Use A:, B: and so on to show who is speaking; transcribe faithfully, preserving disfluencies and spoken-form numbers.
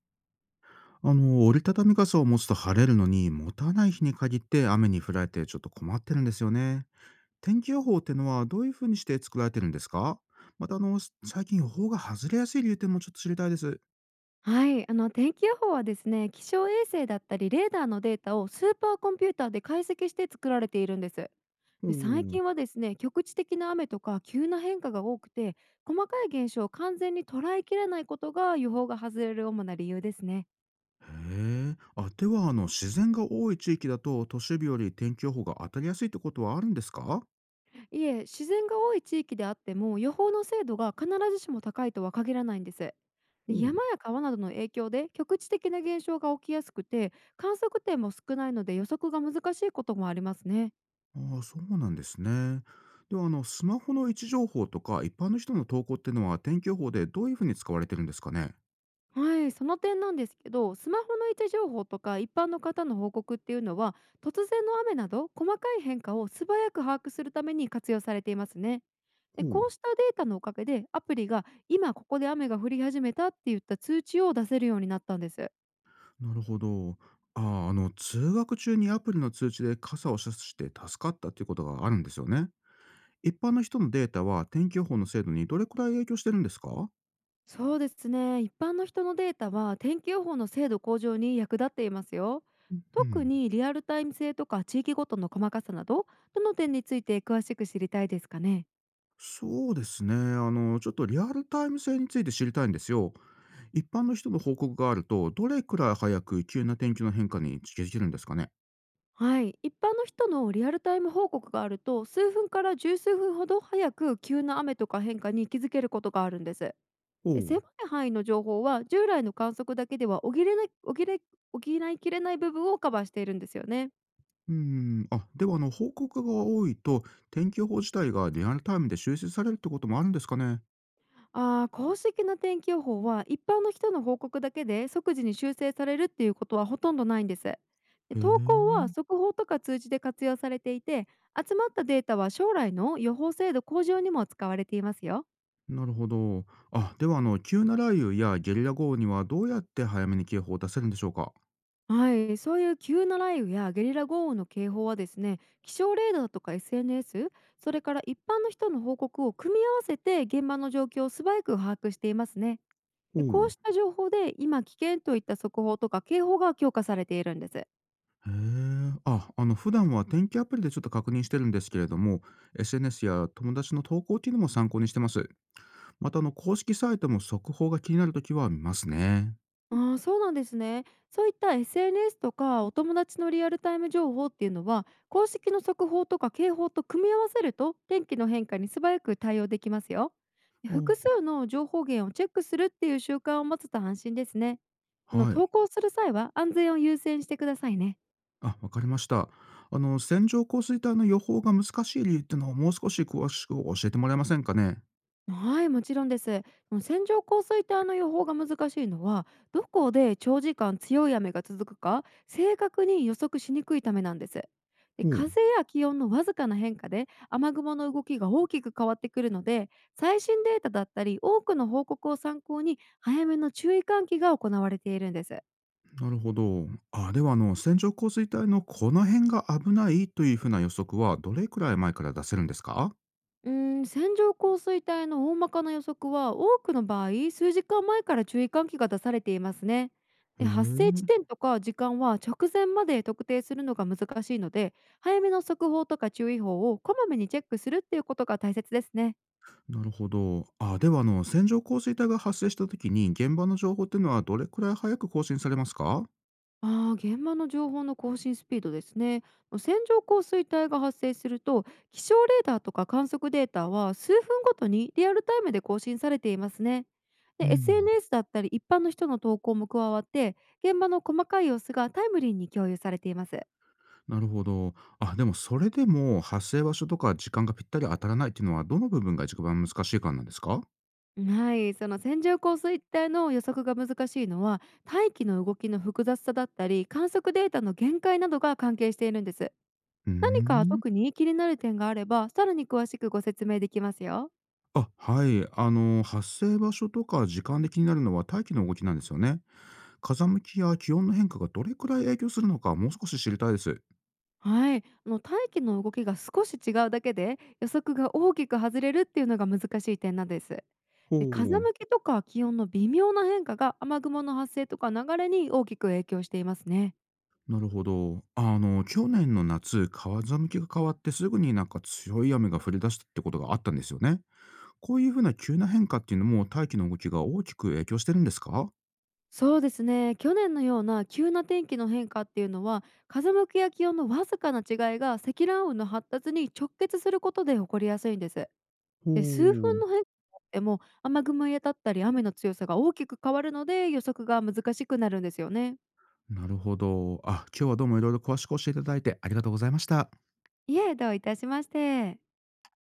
A: あの、折りたたみ傘を持つと晴れるのに、持たない日に限って雨に降られてちょっと困ってるんですよね。天気予報ってのはどういうふうにして作られてるんですか？またあの、最近予報が外れやすい理由ってもちょっと知りたいです。
B: はい、あの天気予報はですね、気象衛星だったりレーダーのデータをスーパーコンピューターで解析して作られているんです。
A: お
B: で最
A: お。
B: 近はですね、局地的な雨とか急な変化が多くて、細かい現象を完全に捉えきれないことが予報が外れる主な理由ですね。
A: へえ。あ、ではあの、自然が多い地域だと都市部より天気予報が当たりやすいってことはあるんですか？
B: いえ、自然が多い地域であっても予報の精度が必ずしも高いとは限らないんです。で山
A: お
B: や川などの影響で局地的な現象が起きやすくて、観測点も少ないので予測が難しいこともありますね。
A: お。ああ、そうなんですね。ではあの、スマホの位置情報とか一般の人の投稿ってのは天気予報でどういうふうに使われてるんですかね？
B: はい、その点なんですけど、スマホの位置情報とか一般の方の報告っていうのは、突然の雨など細かい変化を素早く把握するために活用されていますね。で
A: ほう。
B: こうしたデータのおかげで、アプリが今ここで雨が降り始めたって言った通知を出せるようになったんです。
A: なるほど。ああ、あの、通学中にアプリの通知で傘を示して助かったっていうことがあるんですよね。一般の人のデータは天気予報の精度にどれくらい影響してるんですか？
B: そうですね、一般の人のデータは天気予報の精度向上に役立っていますよ。
A: う
B: 特
A: ん。
B: にリアルタイム性とか地域ごとの細かさなど、どの点について詳しく知りたいですかね。
A: そうですね。あの、ちょっとリアルタイム性について知りたいんですよ。一般の人の報告があると、どれくらい早く急な天気の変化に気づけるんですかね？
B: はい、一般の人のリアルタイム報告があると、すうふんからじゅうすうふんほど早く急な雨とか変化に気づけることがあるんです。
A: お
B: え
A: う。
B: 狭い範囲の情報は従来の観測だけでは補えない補え補いきれない部分をカバーしているんですよね。
A: うん。あ、ではあの、報告が多いと、天気予報自体がリアルタイムで修正されるってこともあるんですかね？
B: あー公式な天気予報は一般の人の報告だけで即時に修正されるっていうことはほとんどないんです。で
A: へ
B: 投稿は
A: え。
B: 速報とか通知で活用されていて、集まったデータは将来の予報精度向上にも使われていますよ。
A: なるほど。あ、ではあの、急な雷雨やゲリラ豪雨にはどうやって早めに警報を出せるんでしょうか？
B: はい、そういう急な雷雨やゲリラ豪雨の警報はですね、気象レーダーとか エスエヌエス、それから一般の人の報告を組み合わせて現場の状況を素早く把握していますね。
A: ほ
B: でこう
A: う。
B: した情報で今危険といった速報とか警報が強化されているんです。
A: へえ。あ、あの、普段は天気アプリでちょっと確認してるんですけれども、エスエヌエス や友達の投稿っていうのも参考にしてます。またあの、公式サイトも速報が気になるときは見ますね。
B: ああ、そうなんですね。そういった エスエヌエス とかお友達のリアルタイム情報っていうのは、公式の速報とか警報と組み合わせると、天気の変化に素早く対応できますよ。で
A: お、
B: 複数の情報源をチェックするっていう習慣を持つと安心ですね。あの、
A: はい。
B: 投稿する際は安全を優先してくださいね。
A: あ、わかりました。あの、線状降水帯の予報が難しい理由っていうのをもう少し詳しく教えてもらえませんかね？
B: はい、もちろんです。その線状降水帯の予報が難しいのは、どこで長時間強い雨が続くか、正確に予測しにくいためなんです。で
A: ほう。
B: 風や気温のわずかな変化で雨雲の動きが大きく変わってくるので、最新データだったり多くの報告を参考に早めの注意喚起が行われているんです。
A: なるほど。あ、ではあの、線状降水帯のこの辺が危ないというふうな予測はどれくらい前から出せるんですか？
B: うーん、線状降水帯の大まかな予測は、多くの場合すうじかんまえから注意喚起が出されていますね。
A: へ
B: で発生地
A: え、
B: 点とか時間は直前まで特定するのが難しいので、早めの速報とか注意報をこまめにチェックするっていうことが大切ですね。
A: なるほど。あ、ではあの、線状降水帯が発生した時に現場の情報っていうのはどれくらい早く更新されますか？
B: ああ、現場の情報の更新スピードですね。線状降水帯が発生すると、気象レーダーとか観測データはすうふんごとにリアルタイムで更新されていますね。
A: う
B: で、
A: ん。
B: エスエヌエス だったり一般の人の投稿も加わって、現場の細かい様子がタイムリーに共有されています。
A: なるほど。あ、でもそれでも発生場所とか時間がぴったり当たらないっていうのはどの部分が一番難しいかなんですか？
B: はい、その線状降水帯の予測が難しいのは、大気の動きの複雑さだったり、観測データの限界などが関係しているんです。
A: うー
B: 何か
A: ん。
B: 特に気になる点があれば、さらに詳しくご説明できますよ。
A: あ、はい。あの、発生場所とか時間で気になるのは大気の動きなんですよね。風向きや気温の変化がどれくらい影響するのかもう少し知りたいです。
B: はい、あの、大気の動きが少し違うだけで予測が大きく外れるっていうのが難しい点なんです。
A: ほ
B: で風
A: う。
B: 向きとか気温の微妙な変化が雨雲の発生とか流れに大きく影響していますね。
A: なるほど。あの、去年の夏、風向きが変わってすぐになんか強い雨が降り出したってことがあったんですよね。こういうふうな急な変化っていうのも大気の動きが大きく影響してるんですか？
B: そうですね、去年のような急な天気の変化っていうのは、風向きや気温のわずかな違いが積乱雲の発達に直結することで起こりやすいんです。
A: ほ
B: で数分
A: う。
B: の変化でも雨雲へたったり雨の強さが大きく変わるので予測が難しくなるんですよね。
A: なるほど。あ、今日はどうもいろいろ詳しく教えていただいてありがとうございました。
B: いえ、どういたしまして。